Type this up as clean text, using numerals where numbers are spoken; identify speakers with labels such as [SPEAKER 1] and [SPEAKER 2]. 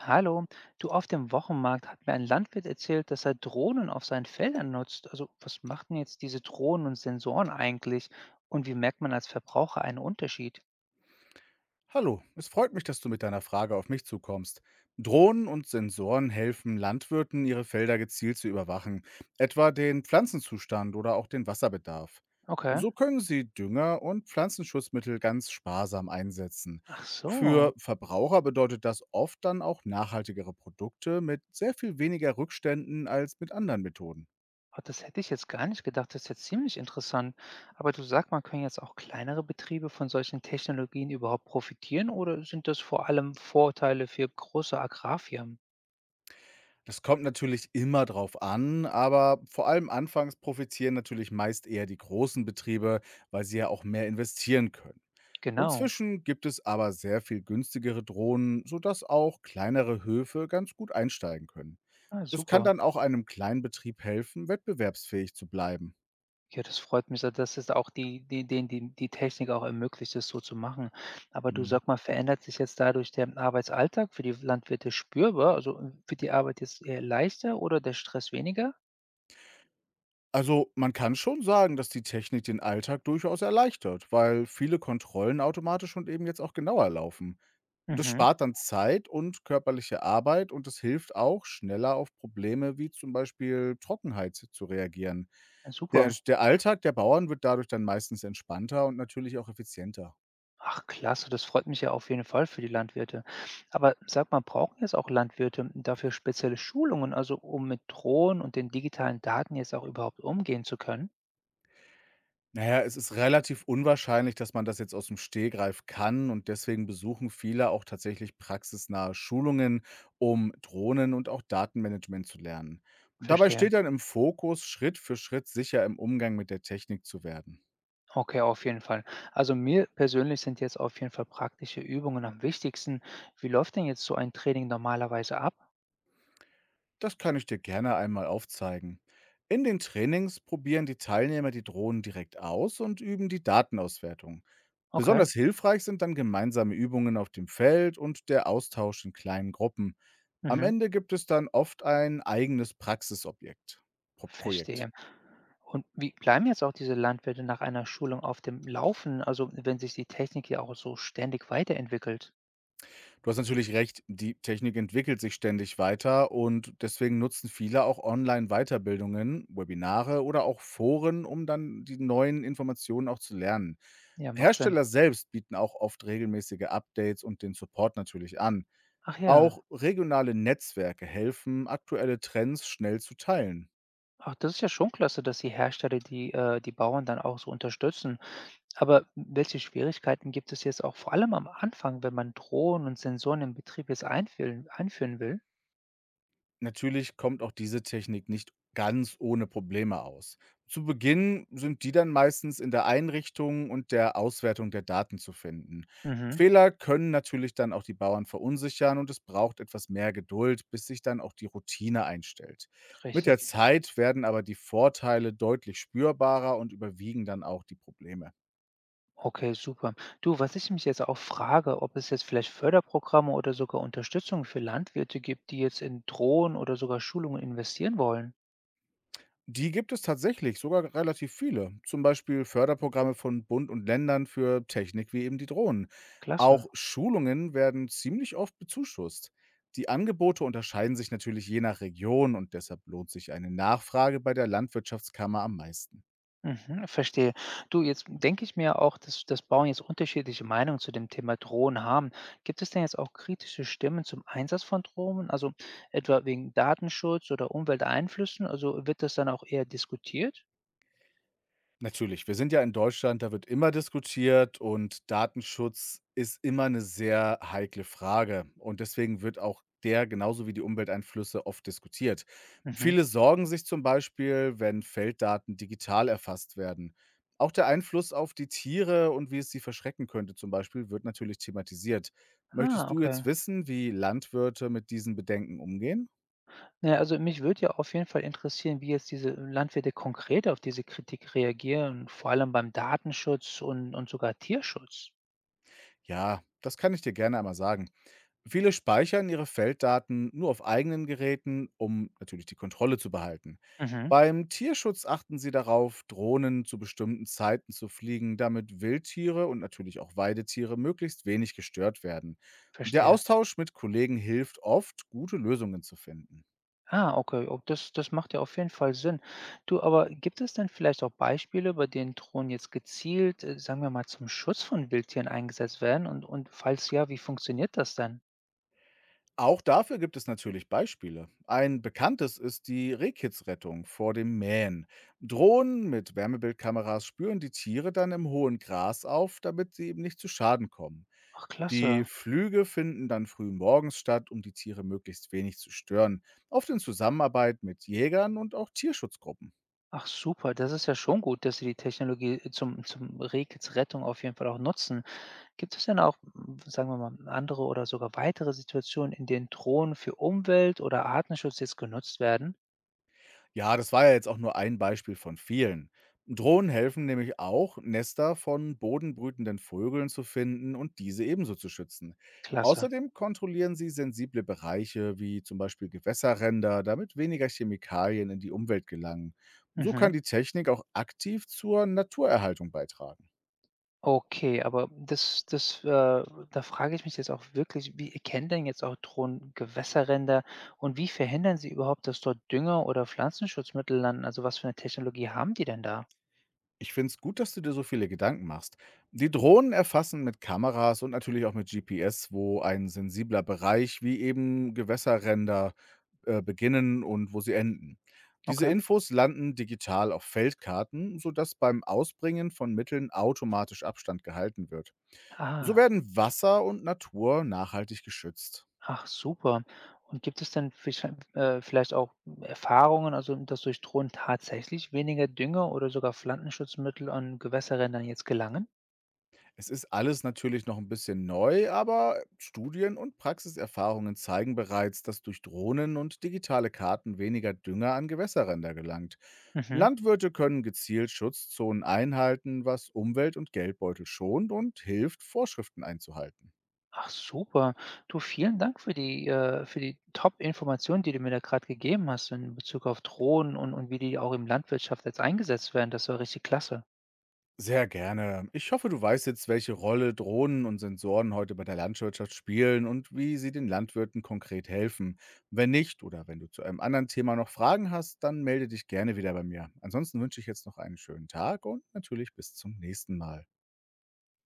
[SPEAKER 1] Hallo, du, auf dem Wochenmarkt hat mir ein Landwirt erzählt, dass er Drohnen auf seinen Feldern nutzt. Also was machen jetzt diese Drohnen und Sensoren eigentlich? Und wie merkt man als Verbraucher einen Unterschied?
[SPEAKER 2] Hallo, es freut mich, dass du mit deiner Frage auf mich zukommst. Drohnen und Sensoren helfen Landwirten, ihre Felder gezielt zu überwachen, etwa den Pflanzenzustand oder auch den Wasserbedarf.
[SPEAKER 1] Okay.
[SPEAKER 2] So können sie Dünger und Pflanzenschutzmittel ganz sparsam einsetzen.
[SPEAKER 1] Ach so.
[SPEAKER 2] Für Verbraucher bedeutet das oft dann auch nachhaltigere Produkte mit sehr viel weniger Rückständen als mit anderen Methoden.
[SPEAKER 1] Ah, das hätte ich jetzt gar nicht gedacht. Das ist jetzt ziemlich interessant. Aber du, sag mal, können jetzt auch kleinere Betriebe von solchen Technologien überhaupt profitieren oder sind das vor allem Vorteile für große Agrarfirmen?
[SPEAKER 2] Das kommt natürlich immer drauf an, aber vor allem anfangs profitieren natürlich meist eher die großen Betriebe, weil sie ja auch mehr investieren können.
[SPEAKER 1] Genau.
[SPEAKER 2] Inzwischen gibt es aber sehr viel günstigere Drohnen, sodass auch kleinere Höfe ganz gut einsteigen können.
[SPEAKER 1] Ah,
[SPEAKER 2] Das kann
[SPEAKER 1] super.
[SPEAKER 2] dann auch einem Kleinbetrieb helfen, wettbewerbsfähig zu bleiben.
[SPEAKER 1] Ja, das freut mich, so dass es auch die die den die die Technik auch ermöglicht, das so zu machen. Aber du,
[SPEAKER 2] Mhm.
[SPEAKER 1] sag mal, verändert sich jetzt dadurch der Arbeitsalltag für die Landwirte spürbar? Also, wird die Arbeit jetzt eher leichter oder der Stress weniger?
[SPEAKER 2] Also man kann schon sagen, dass die Technik den Alltag durchaus erleichtert, weil viele Kontrollen automatisch und eben jetzt auch genauer laufen. Das
[SPEAKER 1] Mhm,
[SPEAKER 2] spart dann Zeit und körperliche Arbeit und es hilft auch, schneller auf Probleme wie zum Beispiel Trockenheit zu reagieren.
[SPEAKER 1] ja
[SPEAKER 2] Der,
[SPEAKER 1] super.
[SPEAKER 2] der Alltag der Bauern wird dadurch dann meistens entspannter und natürlich auch effizienter.
[SPEAKER 1] Ach klasse, das freut mich ja auf jeden Fall für die Landwirte. Aber sag mal, brauchen jetzt auch Landwirte dafür spezielle Schulungen, also um mit Drohnen und den digitalen Daten jetzt auch überhaupt umgehen zu können?
[SPEAKER 2] Naja, es ist relativ unwahrscheinlich, dass man das jetzt aus dem Stegreif kann und deswegen besuchen viele auch tatsächlich praxisnahe Schulungen, um Drohnen und auch Datenmanagement zu lernen. Dabei
[SPEAKER 1] Verstehe.
[SPEAKER 2] steht dann im Fokus, Schritt für Schritt sicher im Umgang mit der Technik zu werden.
[SPEAKER 1] Okay, auf jeden Fall. Also mir persönlich sind jetzt auf jeden Fall praktische Übungen am wichtigsten. Wie läuft denn jetzt so ein Training normalerweise ab?
[SPEAKER 2] Das kann ich dir gerne einmal aufzeigen. In den Trainings probieren die Teilnehmer die Drohnen direkt aus und üben die Datenauswertung.
[SPEAKER 1] Okay,
[SPEAKER 2] Besonders hilfreich sind dann gemeinsame Übungen auf dem Feld und der Austausch in kleinen Gruppen. Am
[SPEAKER 1] mhm,
[SPEAKER 2] Ende gibt es dann oft ein eigenes Praxisobjekt. Pro Projekt.
[SPEAKER 1] verstehe. Und wie bleiben jetzt auch diese Landwirte nach einer Schulung auf dem Laufen, also wenn sich die Technik ja auch so ständig weiterentwickelt?
[SPEAKER 2] Du hast natürlich recht, die Technik entwickelt sich ständig weiter und deswegen nutzen viele auch Online-Weiterbildungen, Webinare oder auch Foren, um dann die neuen Informationen auch zu lernen.
[SPEAKER 1] Ja, macht Sinn.
[SPEAKER 2] Hersteller selbst bieten auch oft regelmäßige Updates und den Support natürlich an.
[SPEAKER 1] Ach ja.
[SPEAKER 2] Auch regionale Netzwerke helfen, aktuelle Trends schnell zu teilen.
[SPEAKER 1] Ach, das ist ja schon klasse, dass die Hersteller die die Bauern dann auch so unterstützen. Aber welche Schwierigkeiten gibt es jetzt auch vor allem am Anfang, wenn man Drohnen und Sensoren im Betrieb jetzt einführen will?
[SPEAKER 2] Natürlich kommt auch diese Technik nicht ganz ohne Probleme aus. Zu Beginn sind die dann meistens in der Einrichtung und der Auswertung der Daten zu finden.
[SPEAKER 1] Mhm,
[SPEAKER 2] Fehler können natürlich dann auch die Bauern verunsichern und es braucht etwas mehr Geduld, bis sich dann auch die Routine einstellt. Mit der
[SPEAKER 1] richtig.
[SPEAKER 2] Zeit werden aber die Vorteile deutlich spürbarer und überwiegen dann auch die Probleme.
[SPEAKER 1] Okay, super. Du, was ich mich jetzt auch frage, ob es jetzt vielleicht Förderprogramme oder sogar Unterstützung für Landwirte gibt, die jetzt in Drohnen oder sogar Schulungen investieren wollen.
[SPEAKER 2] Die gibt es tatsächlich, sogar relativ viele. Zum Beispiel Förderprogramme von Bund und Ländern für Technik wie eben die Drohnen.
[SPEAKER 1] Klasse.
[SPEAKER 2] Auch Schulungen werden ziemlich oft bezuschusst. Die Angebote unterscheiden sich natürlich je nach Region und deshalb lohnt sich eine Nachfrage bei der Landwirtschaftskammer am meisten.
[SPEAKER 1] Mhm, verstehe. Du, jetzt denke ich mir auch, dass das Bauern jetzt unterschiedliche Meinungen zu dem Thema Drohnen haben. Gibt es denn jetzt auch kritische Stimmen zum Einsatz von Drohnen, also etwa wegen Datenschutz oder Umwelteinflüssen? Also wird das dann auch eher diskutiert?
[SPEAKER 2] Natürlich, wir sind ja in Deutschland, da wird immer diskutiert und Datenschutz ist immer eine sehr heikle Frage und deswegen wird auch der genauso wie die Umwelteinflüsse oft diskutiert.
[SPEAKER 1] Mhm.
[SPEAKER 2] Viele sorgen sich zum Beispiel, wenn Felddaten digital erfasst werden. Auch der Einfluss auf die Tiere und wie es sie verschrecken könnte zum Beispiel, wird natürlich thematisiert.
[SPEAKER 1] Ah,
[SPEAKER 2] Möchtest du
[SPEAKER 1] okay.
[SPEAKER 2] jetzt wissen, wie Landwirte mit diesen Bedenken umgehen?
[SPEAKER 1] Naja, also mich würde ja auf jeden Fall interessieren, wie jetzt diese Landwirte konkret auf diese Kritik reagieren, vor allem beim Datenschutz und sogar Tierschutz.
[SPEAKER 2] Ja, das kann ich dir gerne einmal sagen. Viele speichern ihre Felddaten nur auf eigenen Geräten, um natürlich die Kontrolle zu behalten.
[SPEAKER 1] Mhm,
[SPEAKER 2] Beim Tierschutz achten sie darauf, Drohnen zu bestimmten Zeiten zu fliegen, damit Wildtiere und natürlich auch Weidetiere möglichst wenig gestört werden. Der
[SPEAKER 1] verstehe.
[SPEAKER 2] Austausch mit Kollegen hilft oft, gute Lösungen zu finden.
[SPEAKER 1] Ah, okay. Oh, das macht ja auf jeden Fall Sinn. Du, aber gibt es denn vielleicht auch Beispiele, bei denen Drohnen jetzt gezielt, sagen wir mal, zum Schutz von Wildtieren eingesetzt werden? Und falls ja, wie funktioniert das denn?
[SPEAKER 2] Auch dafür gibt es natürlich Beispiele. Ein bekanntes ist die Rehkitzrettung vor dem Mähen. Drohnen mit Wärmebildkameras spüren die Tiere dann im hohen Gras auf, damit sie eben nicht zu Schaden kommen.
[SPEAKER 1] Ach,
[SPEAKER 2] Die
[SPEAKER 1] klasse.
[SPEAKER 2] Flüge finden dann früh morgens statt, um die Tiere möglichst wenig zu stören, oft in Zusammenarbeit mit Jägern und auch Tierschutzgruppen.
[SPEAKER 1] Ach, super. Das ist ja schon gut, dass Sie die Technologie zum Rehkitz Rettung auf jeden Fall auch nutzen. Gibt es denn auch, sagen wir mal, andere oder sogar weitere Situationen, in denen Drohnen für Umwelt- oder Artenschutz jetzt genutzt werden?
[SPEAKER 2] Ja, das war ja jetzt auch nur ein Beispiel von vielen. Drohnen helfen nämlich auch, Nester von bodenbrütenden Vögeln zu finden und diese ebenso zu schützen.
[SPEAKER 1] Klasse.
[SPEAKER 2] Außerdem kontrollieren sie sensible Bereiche wie zum Beispiel Gewässerränder, damit weniger Chemikalien in die Umwelt gelangen. So kann
[SPEAKER 1] Mhm.
[SPEAKER 2] die Technik auch aktiv zur Naturerhaltung beitragen.
[SPEAKER 1] Okay, aber da frage ich mich jetzt auch wirklich, wie erkennen denn jetzt auch Drohnen Gewässerränder und wie verhindern sie überhaupt, dass dort Dünger oder Pflanzenschutzmittel landen? Also, was für eine Technologie haben die denn da?
[SPEAKER 2] Ich finde es gut, dass du dir so viele Gedanken machst. Die Drohnen erfassen mit Kameras und natürlich auch mit GPS, wo ein sensibler Bereich wie eben Gewässerränder beginnen und wo sie enden. Diese
[SPEAKER 1] Okay.
[SPEAKER 2] Infos landen digital auf Feldkarten, sodass beim Ausbringen von Mitteln automatisch Abstand gehalten wird. So
[SPEAKER 1] Ah,
[SPEAKER 2] werden Wasser und Natur nachhaltig geschützt.
[SPEAKER 1] ach super. Und gibt es denn vielleicht auch Erfahrungen, also, dass durch Drohnen tatsächlich weniger Dünger oder sogar Pflanzenschutzmittel an Gewässerrändern jetzt gelangen?
[SPEAKER 2] Es ist alles natürlich noch ein bisschen neu, aber Studien und Praxiserfahrungen zeigen bereits, dass durch Drohnen und digitale Karten weniger Dünger an Gewässerränder gelangt.
[SPEAKER 1] Mhm.
[SPEAKER 2] Landwirte können gezielt Schutzzonen einhalten, was Umwelt und Geldbeutel schont und hilft, Vorschriften einzuhalten.
[SPEAKER 1] Ach super. Du, vielen Dank für die Top-Informationen, die du mir da gerade gegeben hast in Bezug auf Drohnen und wie die auch in Landwirtschaft jetzt eingesetzt werden. Das war richtig klasse.
[SPEAKER 2] Sehr gerne. Ich hoffe, du weißt jetzt, welche Rolle Drohnen und Sensoren heute bei der Landwirtschaft spielen und wie sie den Landwirten konkret helfen. Wenn nicht oder wenn du zu einem anderen Thema noch Fragen hast, dann melde dich gerne wieder bei mir. Ansonsten wünsche ich jetzt noch einen schönen Tag und natürlich bis zum nächsten Mal.